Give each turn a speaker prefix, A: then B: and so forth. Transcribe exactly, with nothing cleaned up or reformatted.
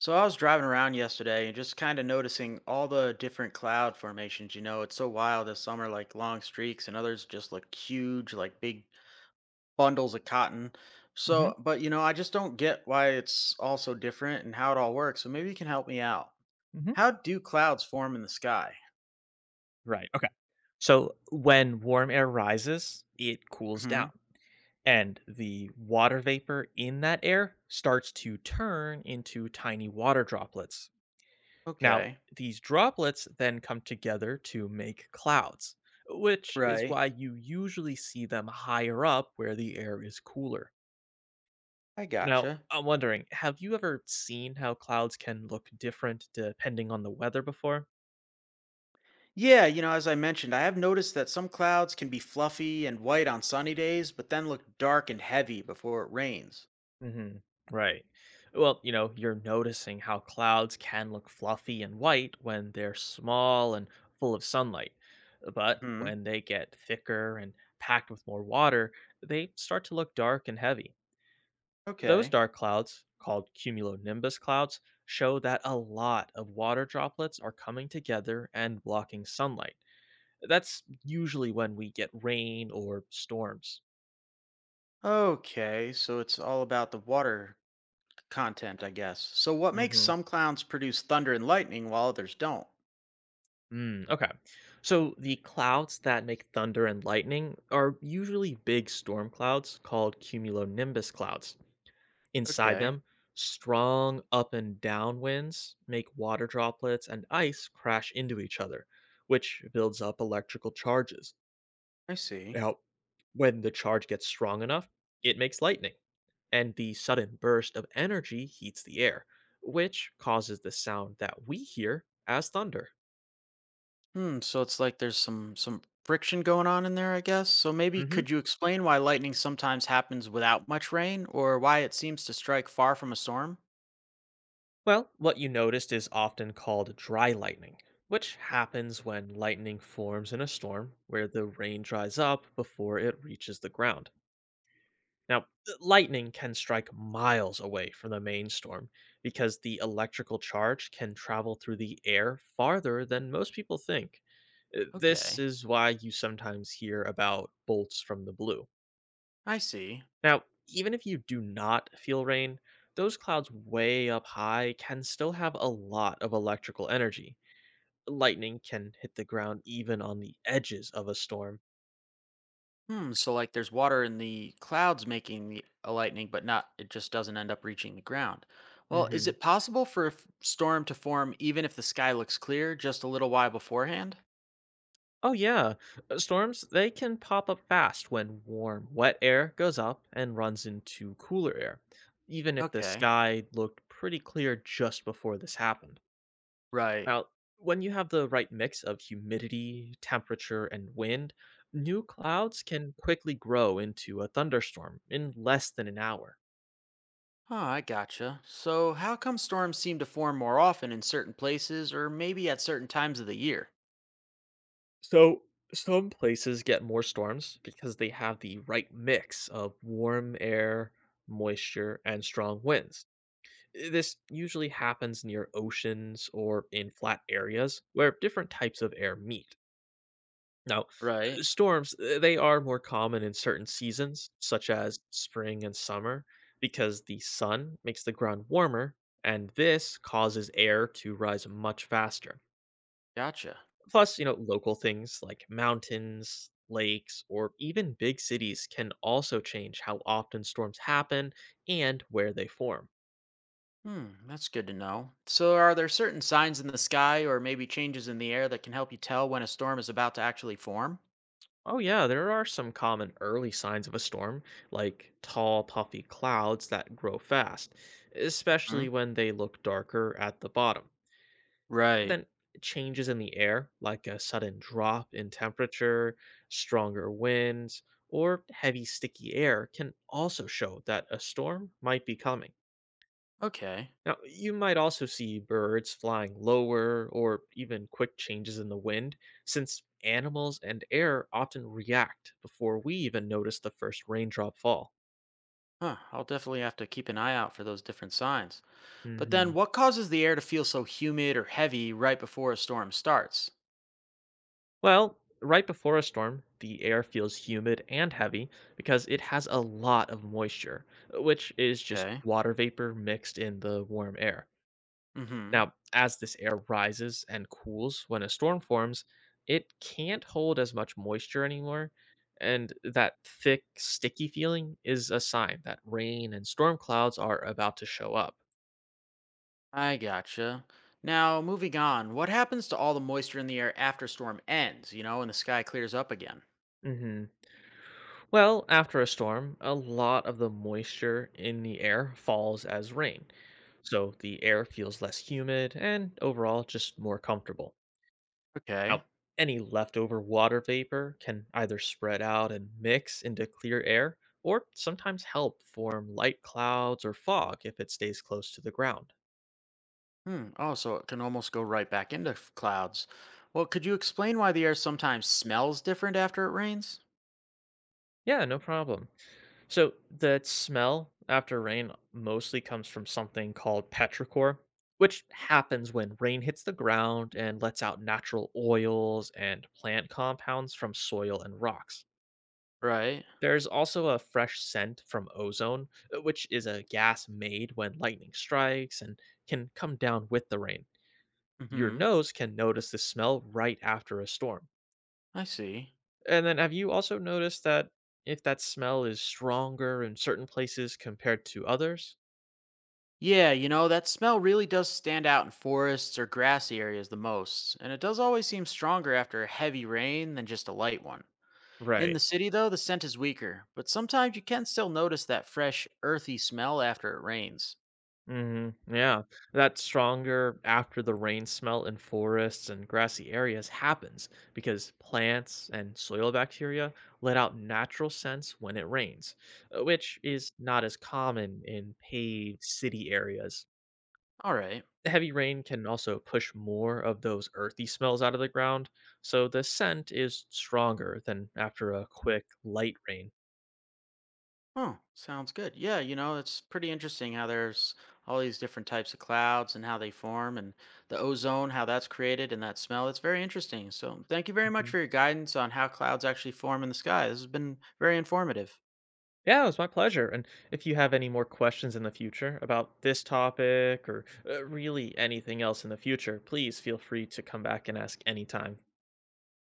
A: So I was driving around yesterday and just kind of noticing all the different cloud formations. You know, it's so wild this summer, like long streaks, and others just look huge, like big bundles of cotton.
B: Mhm,
A: So, but you know, I just don't get why it's all so different and how it all works. So maybe you can help me out.
B: mhm.
A: How do clouds form in the sky?
B: Right, okay. So, when warm air rises, it cools
A: Hmm.
B: down, and the water vapor in that air starts to turn into tiny water droplets. Now,
A: Okay.
B: these droplets then come together to make clouds, which is
A: Right.
B: why you usually see them higher up where the air is cooler.
A: I
B: Now,
A: gotcha.
B: I'm wondering, have you ever seen how clouds can look different depending on the weather before?
A: Yeah, you know, as I mentioned, I have noticed that some clouds can be fluffy and white on sunny days, but then look dark and heavy before it rains.
B: hmm Right. Well, you know, you're noticing how clouds can look fluffy and white when they're small and full of sunlight. uh, But
A: Hmm.
B: when they get thicker and packed with more water, they start to look dark and heavy. Those
A: Okay.
B: dark clouds, called cumulonimbus clouds, show that a lot of water droplets are coming together and blocking sunlight. That's usually when we get rain or storms.
A: Okay, so it's all about the water content, I guess. So what makes some clouds produce thunder and lightning while others don't?
B: Mm, okay. So the clouds that make thunder and lightning are usually big storm clouds called cumulonimbus clouds. Inside
A: Okay,
B: them, strong up and down winds make water droplets and ice crash into each other, which builds up electrical charges.
A: I see.
B: Now, when the charge gets strong enough, it makes lightning, and the sudden burst of energy heats the air, which causes the sound that we hear as thunder.
A: Hmm, so it's like there's some some friction going on in there, I guess. So maybe
B: Mm-hmm.
A: could you explain why lightning sometimes happens without much rain or why it seems to strike far from a storm?
B: Well, what you noticed is often called dry lightning, which happens when lightning forms in a storm where the rain dries up before it reaches the ground. Now, th- lightning can strike miles away from the main storm because the electrical charge can travel through the air farther than most people think. Uh, This
A: Okay,
B: is why you sometimes hear about bolts from the blue.
A: I see.
B: Now, even if you do not feel rain, those clouds way up high can still have a lot of electrical energy. Lightning can hit the ground even on the edges of a storm.
A: Hmm. So like there's water in the clouds making the a lightning, but not it just doesn't end up reaching the ground. Well, is
B: hmm
A: it possible for a f- storm to form even if the sky looks clear just a little while beforehand?
B: Oh yeah, uh, storms they can pop up fast when warm, wet air goes up and runs into cooler air, even if the
A: Okay.
B: sky looked pretty clear just before this happened.
A: Right.
B: Now, when you have the right mix of humidity, temperature, and wind, new clouds can quickly grow into a thunderstorm in less than an hour.
A: Oh, I gotcha. So how come storms seem to form more often in certain places or maybe at certain times of the year?
B: So, some places get more storms because they have the right mix of warm air, moisture, and strong winds. Eh, this usually happens near oceans or in flat areas where different types of air meet. Now, uh,
A: Right.
B: storms, uh, they are more common in certain seasons, such as spring and summer, because the sun makes the ground warmer, and this causes air to rise much faster.
A: Gotcha.
B: Plus, you know, local things like mountains, lakes, or even big cities can also change how often storms happen and where they form.
A: Hmm, that's good to know. So are there certain signs in the sky or maybe changes in the air that can help you tell when a storm is about to actually form?
B: Oh, yeah, there are some common early signs of a storm, like tall, puffy clouds that grow fast,
A: Hmm?
B: especially when they look darker at the bottom. And
A: Right.
B: then changes in the air, like a sudden drop in temperature, stronger winds, or heavy, sticky air, can also show that a storm might be coming.
A: Okay.
B: Now, you might also see birds flying lower or even quick changes in the wind, since animals and air often react before we even notice the first raindrop fall.
A: Huh. I'll definitely have to keep an eye out for those different signs. But
B: hmm
A: then, what causes the air to feel so humid or heavy right before a storm starts?
B: Well, right before a storm, the air feels humid and heavy because it has a lot of moisture, which is just
A: Okay.
B: water vapor mixed in the warm air.
A: Mm hmm.
B: Now, as this air rises and cools when a storm forms, it can't hold as much moisture anymore, and that thick, sticky feeling is a sign that rain and storm clouds are about to show up.
A: I gotcha. Now, moving on, what happens to all the moisture in the air after storm ends, you know, and the sky clears up again?
B: hmm Well, after a storm, a lot of the moisture in the air falls as rain, so the air feels less humid and overall just more comfortable.
A: Okay.
B: Now, any leftover water vapor can either spread out and mix into clear air, or sometimes help form light clouds or fog if it stays close to the ground.
A: Hmm. Oh, so it can almost go right back into f- clouds. Well, could you explain why the air sometimes smells different after it rains?
B: Yeah, no problem. So, the smell after rain mostly comes from something called petrichor, which happens when rain hits the ground and lets out natural oils and plant compounds from soil and rocks.
A: Right.
B: There's also a fresh scent from ozone, uh, which is a gas made when lightning strikes and can come down with the rain.
A: Mm
B: Your
A: hmm.
B: nose can notice the smell right after a storm.
A: I see.
B: And then, have you also noticed that if that smell is stronger in certain places compared to others?
A: Yeah, you know, that smell really does stand out in forests or grassy areas the most, and it does always seem stronger after a heavy rain than just a light one. In the
B: Right.
A: city, though, the scent is weaker, but sometimes you can still notice that fresh, earthy smell after it rains.
B: Mhm, yeah. That stronger after the rain smell in forests and grassy areas happens because plants and soil bacteria let out natural scents when it rains, uh, which is not as common in paved city areas.
A: All right.
B: Heavy rain can also push more of those earthy smells out of the ground, so the scent is stronger than after a quick light rain.
A: Huh, sounds good. Yeah, you know, it's pretty interesting how there's all these different types of clouds and how they form and the ozone, how that's created and that smell. It's very interesting. So, thank you very much
B: Mm-hmm.
A: for your guidance on how clouds actually form in the sky. This has been very informative.
B: Yeah, it was my pleasure. And if you have any more questions in the future about this topic or uh, really anything else in the future, please feel free to come back and ask anytime.